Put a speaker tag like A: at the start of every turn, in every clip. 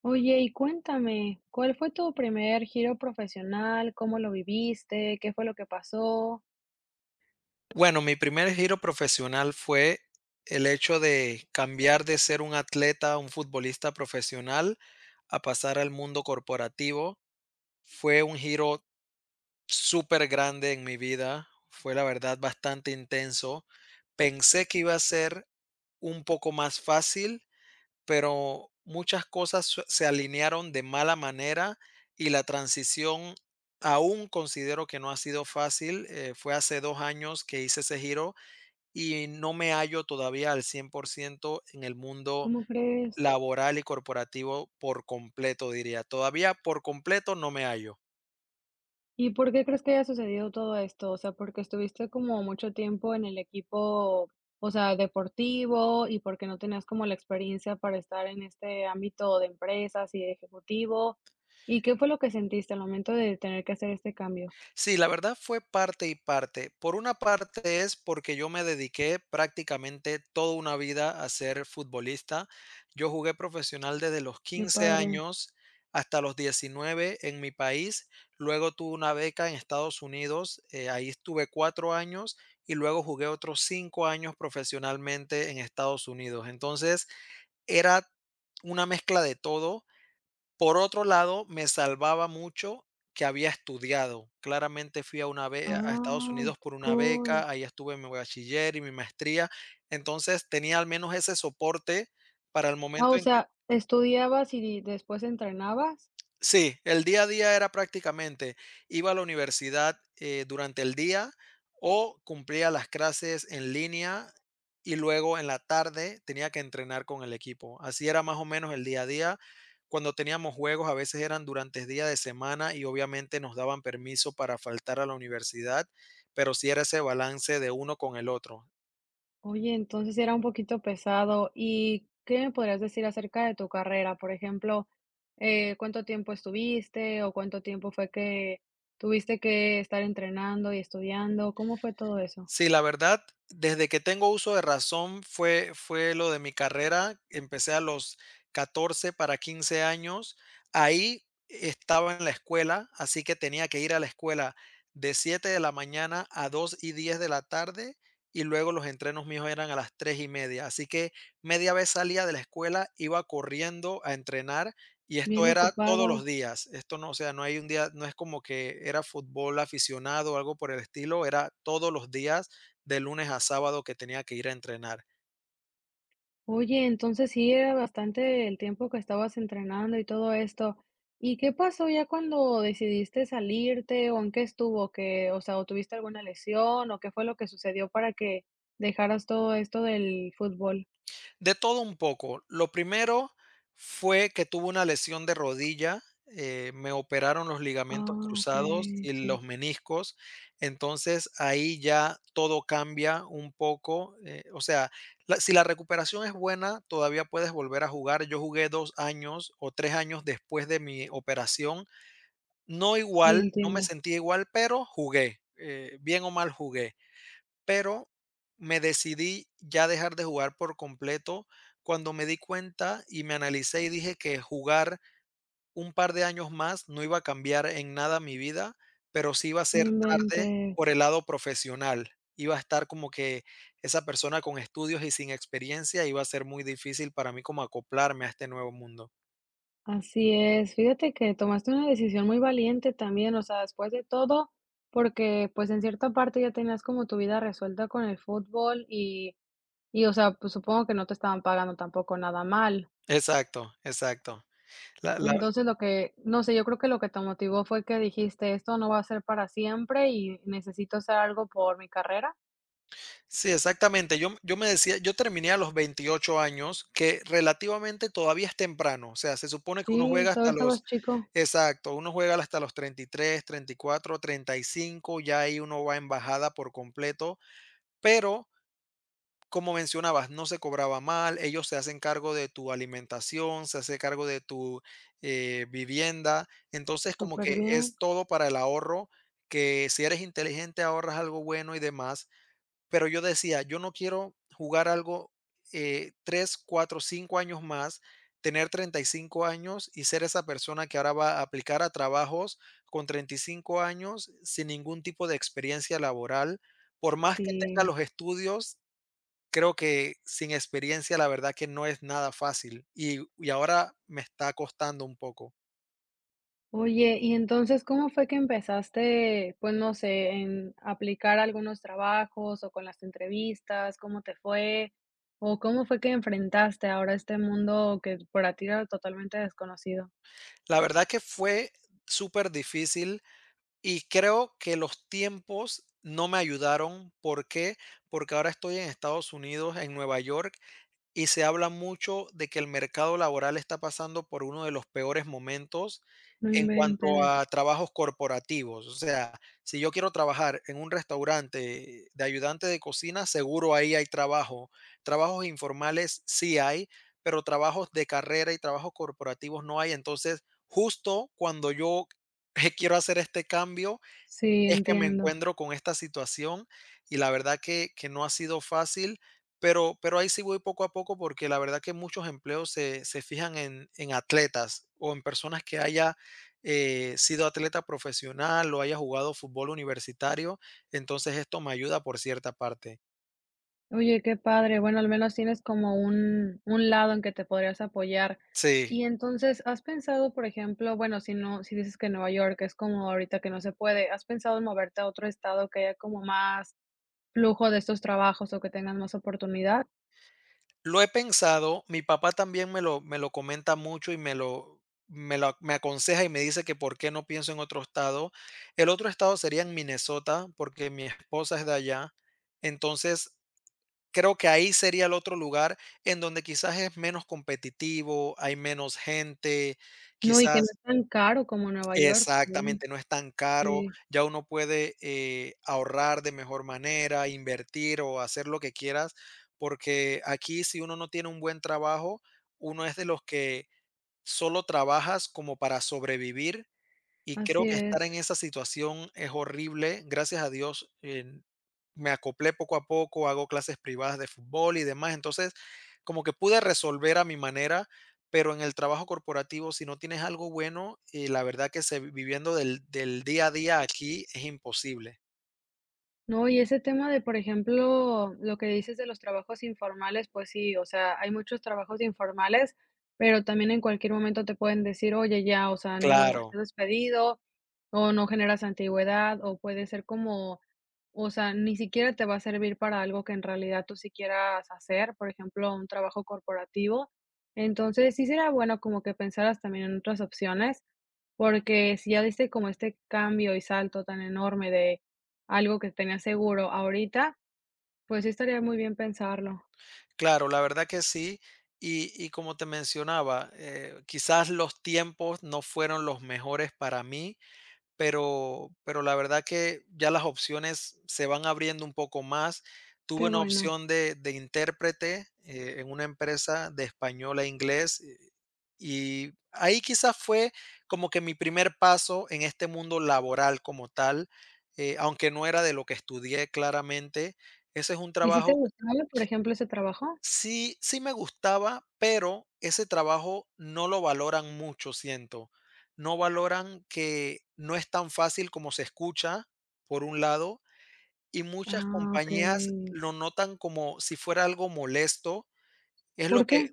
A: Oye, y cuéntame, ¿cuál fue tu primer giro profesional? ¿Cómo lo viviste? ¿Qué fue lo que pasó?
B: Bueno, mi primer giro profesional fue el hecho de cambiar de ser un atleta, un futbolista profesional, a pasar al mundo corporativo. Fue un giro súper grande en mi vida, fue la verdad bastante intenso. Pensé que iba a ser un poco más fácil, pero muchas cosas se alinearon de mala manera y la transición aún considero que no ha sido fácil. Fue hace 2 años que hice ese giro y no me hallo todavía al 100% en el mundo
A: ¿Cómo crees?
B: laboral y corporativo por completo, diría. Todavía por completo no me hallo.
A: ¿Y por qué crees que haya sucedido todo esto? O sea, porque estuviste como mucho tiempo en el equipo, o sea, deportivo y porque no tenías como la experiencia para estar en este ámbito de empresas y de ejecutivo. ¿Y qué fue lo que sentiste al momento de tener que hacer este cambio?
B: Sí, la verdad fue parte y parte. Por una parte es porque yo me dediqué prácticamente toda una vida a ser futbolista. Yo jugué profesional desde los
A: Qué
B: quince
A: padre.
B: años hasta los 19 en mi país. Luego tuve una beca en Estados Unidos. Ahí estuve 4 años y luego jugué otros 5 años profesionalmente en Estados Unidos. Entonces era una mezcla de todo. Por otro lado, me salvaba mucho que había estudiado. Claramente fui a una be a Estados
A: Ah,
B: Unidos por una
A: cool.
B: beca, ahí estuve en mi bachiller y mi maestría. Entonces, tenía al menos ese soporte para el
A: Ah, o
B: momento en.
A: sea, ¿estudiabas y después entrenabas?
B: Sí, el día a día era prácticamente, iba a la universidad, durante el día o cumplía las clases en línea y luego en la tarde tenía que entrenar con el equipo. Así era más o menos el día a día. Cuando teníamos juegos, a veces eran durante el día de semana y obviamente nos daban permiso para faltar a la universidad, pero sí era ese balance de uno con el otro.
A: Oye, entonces era un poquito pesado. ¿Y qué me podrías decir acerca de tu carrera? Por ejemplo, ¿cuánto tiempo estuviste o cuánto tiempo fue que tuviste que estar entrenando y estudiando? ¿Cómo fue todo eso?
B: Sí, la verdad, desde que tengo uso de razón fue lo de mi carrera. Empecé a los 14 para 15 años. Ahí estaba en la escuela, así que tenía que ir a la escuela de 7 de la mañana a 2:10 de la tarde, y luego los entrenos míos eran a las 3:30. Así que media vez salía de la escuela, iba corriendo a entrenar y
A: Bien
B: esto era todos los
A: ocupado.
B: días. Esto no, o sea, no hay un día, no es como que era fútbol aficionado o algo por el estilo, era todos los días, de lunes a sábado que tenía que ir a entrenar.
A: Oye, entonces sí era bastante el tiempo que estabas entrenando y todo esto. ¿Y qué pasó ya cuando decidiste salirte o en qué estuvo que, o sea, o tuviste alguna lesión o qué fue lo que sucedió para que dejaras todo esto del fútbol?
B: De todo un poco. Lo primero fue que tuve una lesión de rodilla, me operaron los ligamentos
A: Ah,
B: cruzados
A: okey,
B: y
A: sí,
B: los meniscos, entonces ahí ya todo cambia un poco, o sea, si la recuperación es buena, todavía puedes volver a jugar. Yo jugué 2 años o 3 años después de mi operación, no
A: sí,
B: igual, no me
A: entiendo.
B: sentía igual, pero jugué, bien o mal jugué. Pero me decidí ya dejar de jugar por completo cuando me di cuenta y me analicé y dije que jugar un par de años más no iba a cambiar en nada mi vida, pero sí iba a
A: No
B: ser tarde
A: inventes,
B: por el lado profesional. Iba a estar como que esa persona con estudios y sin experiencia iba a ser muy difícil para mí como acoplarme a este nuevo mundo.
A: así es. Fíjate que tomaste una decisión muy valiente también, o sea, después de todo, porque, pues, en cierta parte ya tenías como tu vida resuelta con el fútbol y o sea, pues, supongo que no te estaban pagando tampoco nada mal.
B: Exacto, exacto. La, la
A: Entonces, lo que no sé, yo creo que lo que te motivó fue que dijiste: "Esto no va a ser para siempre y necesito hacer algo por mi carrera".
B: Sí, exactamente. Yo me decía, yo terminé a los 28 años, que relativamente todavía es temprano. O sea, se supone que uno
A: Sí,
B: juega
A: todo
B: hasta los,
A: estabas chico,
B: exacto, uno juega hasta los 30, treinta y tres, treinta y cuatro, treinta y cinco, ya ahí uno va en bajada por completo. Pero, como mencionabas, no se cobraba mal, ellos se hacen cargo de tu alimentación, se hace cargo de tu vivienda. Entonces, como
A: súper
B: que
A: bien.
B: es todo para el ahorro, que si eres inteligente ahorras algo bueno y demás. Pero yo decía, yo no quiero jugar algo, 3, 4, 5 años más, tener 35 años y ser esa persona que ahora va a aplicar a trabajos con 35 años sin ningún tipo de experiencia laboral. Por más que tenga
A: Sí.
B: los estudios, creo que sin experiencia la verdad que no es nada fácil y ahora me está costando un poco.
A: Oye, y entonces, ¿cómo fue que empezaste, pues no sé, en aplicar algunos trabajos o con las entrevistas? ¿Cómo te fue? ¿O cómo fue que enfrentaste ahora este mundo que para ti era totalmente desconocido?
B: La verdad que fue súper difícil. Y creo que los tiempos no me ayudaron. ¿Por qué? Porque ahora estoy en Estados Unidos, en Nueva York, y se habla mucho de que el mercado laboral está pasando por uno de los peores momentos
A: No
B: en cuanto
A: inventes.
B: a trabajos corporativos. O sea, si yo quiero trabajar en un restaurante de ayudante de cocina, seguro ahí hay trabajo. Trabajos informales sí hay, pero trabajos de carrera y trabajos corporativos no hay. Entonces, justo cuando yo quiero hacer este cambio,
A: Sí,
B: es que me
A: entiendo.
B: encuentro con esta situación y la verdad que no ha sido fácil, pero ahí sí voy poco a poco, porque la verdad que muchos empleos se fijan en atletas o en personas que haya, sido atleta profesional o haya jugado fútbol universitario, entonces esto me ayuda por cierta parte.
A: Oye, qué padre. Bueno, al menos tienes como un lado en que te podrías apoyar.
B: Sí.
A: Y entonces, ¿has pensado, por ejemplo, bueno, si no, si dices que Nueva York es como ahorita que no se puede, ¿has pensado en moverte a otro estado que haya como más flujo de estos trabajos o que tengan más oportunidad?
B: Lo he pensado, mi papá también me lo comenta mucho y me aconseja y me dice que por qué no pienso en otro estado. El otro estado sería en Minnesota, porque mi esposa es de allá. Entonces, creo que ahí sería el otro lugar en donde quizás es menos competitivo, hay menos gente,
A: No, y que no
B: quizás.
A: es tan caro como Nueva York también.
B: Exactamente, no es tan caro,
A: Sí,
B: ya uno puede, ahorrar de mejor manera, invertir o hacer lo que quieras, porque aquí si uno no tiene un buen trabajo, uno es de los que solo trabajas como para sobrevivir y
A: así
B: creo que estar en
A: es.
B: esa situación es horrible. Gracias a Dios, me acoplé poco a poco, hago clases privadas de fútbol y demás. Entonces, como que pude resolver a mi manera, pero en el trabajo corporativo, si no tienes algo bueno, y la verdad que se, viviendo del día a día aquí es imposible.
A: No, y ese tema de, por ejemplo, lo que dices de los trabajos informales, pues sí, o sea, hay muchos trabajos informales, pero también en cualquier momento te pueden decir, oye, ya, o sea, no,
B: Claro,
A: estás despedido, o no generas antigüedad, o puede ser como, o sea, ni siquiera te va a servir para algo que en realidad tú sí quieras hacer, por ejemplo, un trabajo corporativo. Entonces, sí sería bueno como que pensaras también en otras opciones, porque si ya diste como este cambio y salto tan enorme de algo que tenía seguro. Ahorita, pues sí estaría muy bien pensarlo.
B: claro, la verdad que sí. Y como te mencionaba, quizás los tiempos no fueron los mejores para mí. Pero la verdad que ya las opciones se van abriendo un poco más. Tuve
A: Qué
B: una
A: bueno.
B: opción de intérprete, en una empresa de español a inglés, y ahí quizás fue como que mi primer paso en este mundo laboral como tal, aunque no era de lo que estudié claramente. Ese es un
A: ¿Y si te
B: trabajo.
A: gustaba, por ejemplo, ese trabajo?
B: Sí, sí me gustaba, pero ese trabajo no lo valoran mucho, siento. No valoran que no es tan fácil como se escucha, por un lado, y muchas
A: Ah,
B: compañías
A: okey.
B: lo notan como si fuera algo molesto. Es lo
A: ¿Por qué?
B: que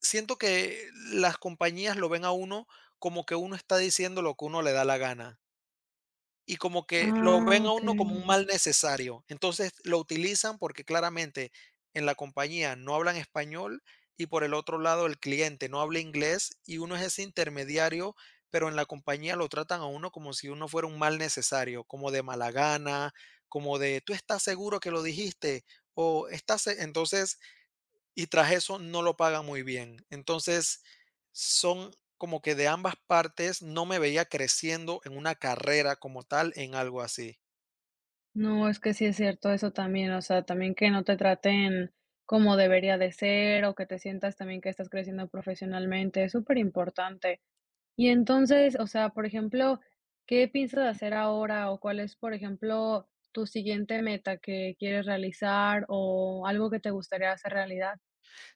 B: siento que las compañías lo ven a uno como que uno está diciendo lo que uno le da la gana. Y como que lo
A: Ah,
B: ven a uno
A: okey.
B: como un mal necesario. Entonces lo utilizan porque claramente en la compañía no hablan español y por el otro lado el cliente no habla inglés y uno es ese intermediario, pero en la compañía lo tratan a uno como si uno fuera un mal necesario, como de mala gana, como de tú estás seguro que lo dijiste o estás, se-". Entonces y tras eso no lo pagan muy bien. Entonces, son como que de ambas partes no me veía creciendo en una carrera como tal en algo así.
A: No, es que sí es cierto eso también, o sea, también que no te traten como debería de ser, o que te sientas también que estás creciendo profesionalmente, es súper importante. Y entonces, o sea, por ejemplo, ¿qué piensas hacer ahora? O cuál es, por ejemplo, tu siguiente meta que quieres realizar o algo que te gustaría hacer realidad.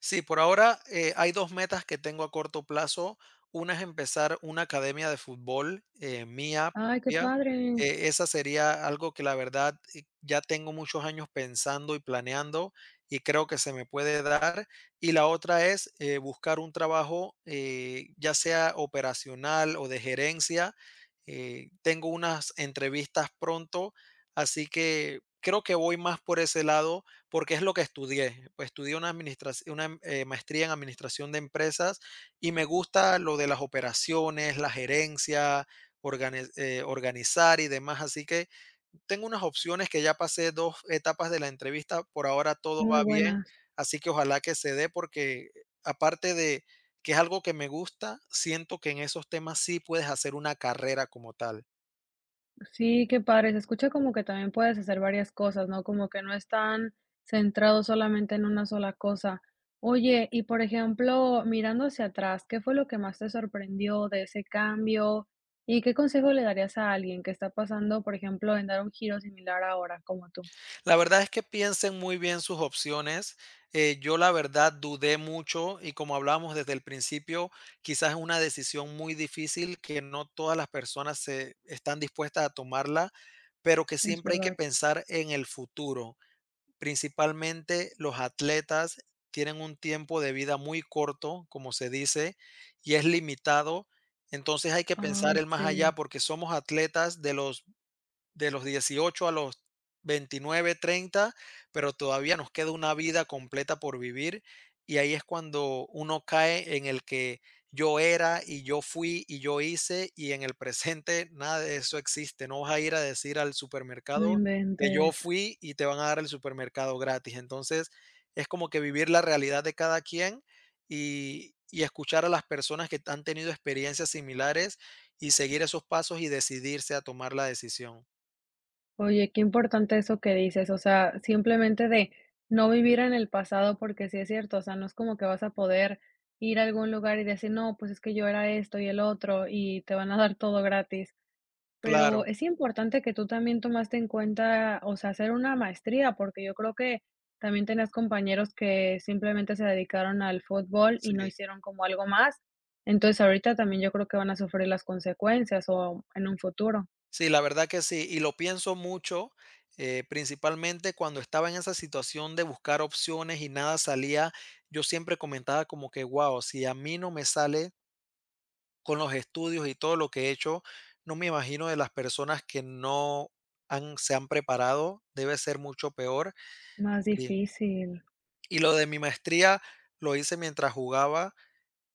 B: Sí, por ahora hay dos metas que tengo a corto plazo. Una es empezar una academia de fútbol mía
A: Ay, qué
B: propia.
A: padre,
B: Esa sería algo que la verdad ya tengo muchos años pensando y planeando y creo que se me puede dar. Y la otra es buscar un trabajo, ya sea operacional o de gerencia. Tengo unas entrevistas pronto, así que creo que voy más por ese lado porque es lo que estudié. Pues estudié una maestría en administración de empresas y me gusta lo de las operaciones, la gerencia, organizar y demás. Así que tengo unas opciones que ya pasé dos etapas de la entrevista, por ahora todo
A: muy
B: va bien,
A: buenas.
B: así que ojalá que se dé porque aparte de que es algo que me gusta, siento que en esos temas sí puedes hacer una carrera como tal.
A: Sí, qué padre. Se escucha como que también puedes hacer varias cosas, ¿no? Como que no están centrados solamente en una sola cosa. Oye, y por ejemplo, mirando hacia atrás, ¿qué fue lo que más te sorprendió de ese cambio? ¿Y qué consejo le darías a alguien que está pasando, por ejemplo, en dar un giro similar ahora, como tú?
B: La verdad es que piensen muy bien sus opciones. Yo la verdad dudé mucho y como hablábamos desde el principio, quizás es una decisión muy difícil que no todas las personas se están dispuestas a tomarla, pero que
A: Es
B: siempre hay que
A: verdad.
B: pensar en el futuro. Principalmente los atletas tienen un tiempo de vida muy corto, como se dice, y es limitado. Entonces hay que pensar
A: Ay,
B: el más
A: sí,
B: allá porque somos atletas de los 18 a los 29, 30, pero todavía nos queda una vida completa por vivir. Y ahí es cuando uno cae en el que yo era y yo fui y yo hice y en el presente nada de eso existe. No vas a ir a decir al
A: no
B: supermercado que yo
A: inventes.
B: fui y te van a dar el supermercado gratis. Entonces es como que vivir la realidad de cada quien y escuchar a las personas que han tenido experiencias similares y seguir esos pasos y decidirse a tomar la decisión.
A: Oye, qué importante eso que dices, o sea, simplemente de no vivir en el pasado, porque sí es cierto, o sea, no es como que vas a poder ir a algún lugar y decir, no, pues es que yo era esto y el otro, y te van a dar todo gratis. Pero
B: Claro,
A: es importante que tú también tomaste en cuenta, o sea, hacer una maestría, porque yo creo que también tenías compañeros que simplemente se dedicaron al fútbol y no
B: sí.
A: hicieron como algo más. Entonces ahorita también yo creo que van a sufrir las consecuencias o en un futuro
B: Sí, la verdad que sí, y lo pienso mucho, principalmente cuando estaba en esa situación de buscar opciones y nada salía, yo siempre comentaba como que, guau, si a mí no me sale con los estudios y todo lo que he hecho, no me imagino de las personas que no han, se han preparado, debe ser mucho peor.
A: más
B: Y,
A: difícil.
B: y lo de mi maestría lo hice mientras jugaba.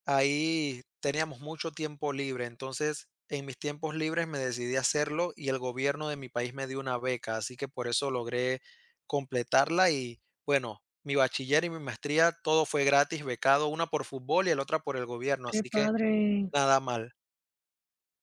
B: Ahí teníamos mucho tiempo libre, entonces en mis tiempos libres me decidí a hacerlo y el gobierno de mi país me dio una beca, así que por eso logré completarla y bueno, mi bachiller y mi maestría, todo fue gratis, becado, una por fútbol y la otra por el gobierno,
A: Qué
B: así que
A: padre.
B: nada mal.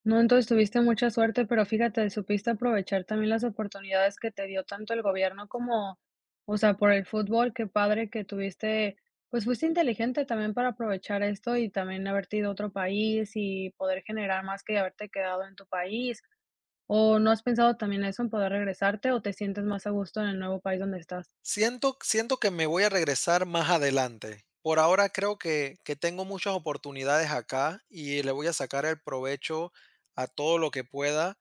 A: No, entonces tuviste mucha suerte, pero fíjate, supiste aprovechar también las oportunidades que te dio tanto el gobierno como, o sea, por el fútbol, qué padre que tuviste, pues fuiste inteligente también para aprovechar esto y también haberte ido a otro país y poder generar más que haberte quedado en tu país. ¿O no has pensado también eso en poder regresarte o te sientes más a gusto en el nuevo país donde estás?
B: Siento que me voy a regresar más adelante. Por ahora creo que tengo muchas oportunidades acá y le voy a sacar el provecho a todo lo que pueda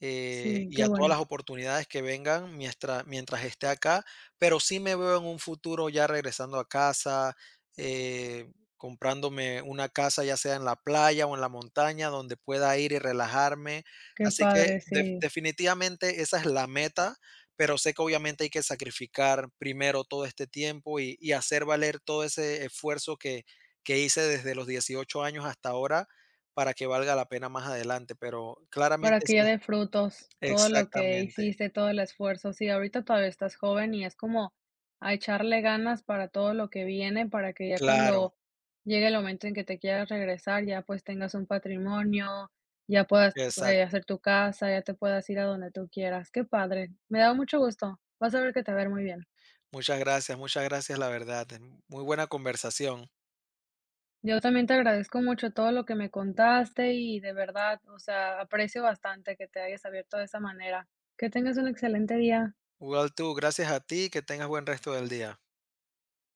A: Sí,
B: y
A: qué
B: a todas
A: bueno,
B: las oportunidades que vengan mientras esté acá, pero sí me veo en un futuro ya regresando a casa, eh, comprándome una casa ya sea en la playa o en la montaña donde pueda ir y relajarme.
A: qué
B: Así que
A: padre, sí.
B: definitivamente esa es la meta, pero sé que obviamente hay que sacrificar primero todo este tiempo y hacer valer todo ese esfuerzo que hice desde los 18 años hasta ahora para que valga la pena más adelante, pero
A: Para
B: claramente
A: que ya
B: sí.
A: dé frutos todo lo que
B: Exactamente,
A: hiciste, todo el esfuerzo. Sí, ahorita todavía estás joven y es como a echarle ganas para todo lo que viene, para que ya
B: claro,
A: cuando llegue el momento en que te quieras regresar, ya pues tengas un patrimonio, ya puedas,
B: exacto.
A: hacer tu casa, ya te puedas ir a donde tú quieras. Qué padre, me da mucho gusto. Vas a ver que te va a ir muy bien.
B: Muchas gracias, la verdad. Muy buena conversación.
A: Yo también te agradezco mucho todo lo que me contaste y de verdad, o sea, aprecio bastante que te hayas abierto de esa manera. Que tengas un excelente día.
B: Igual tú, gracias a ti, que tengas buen resto del día.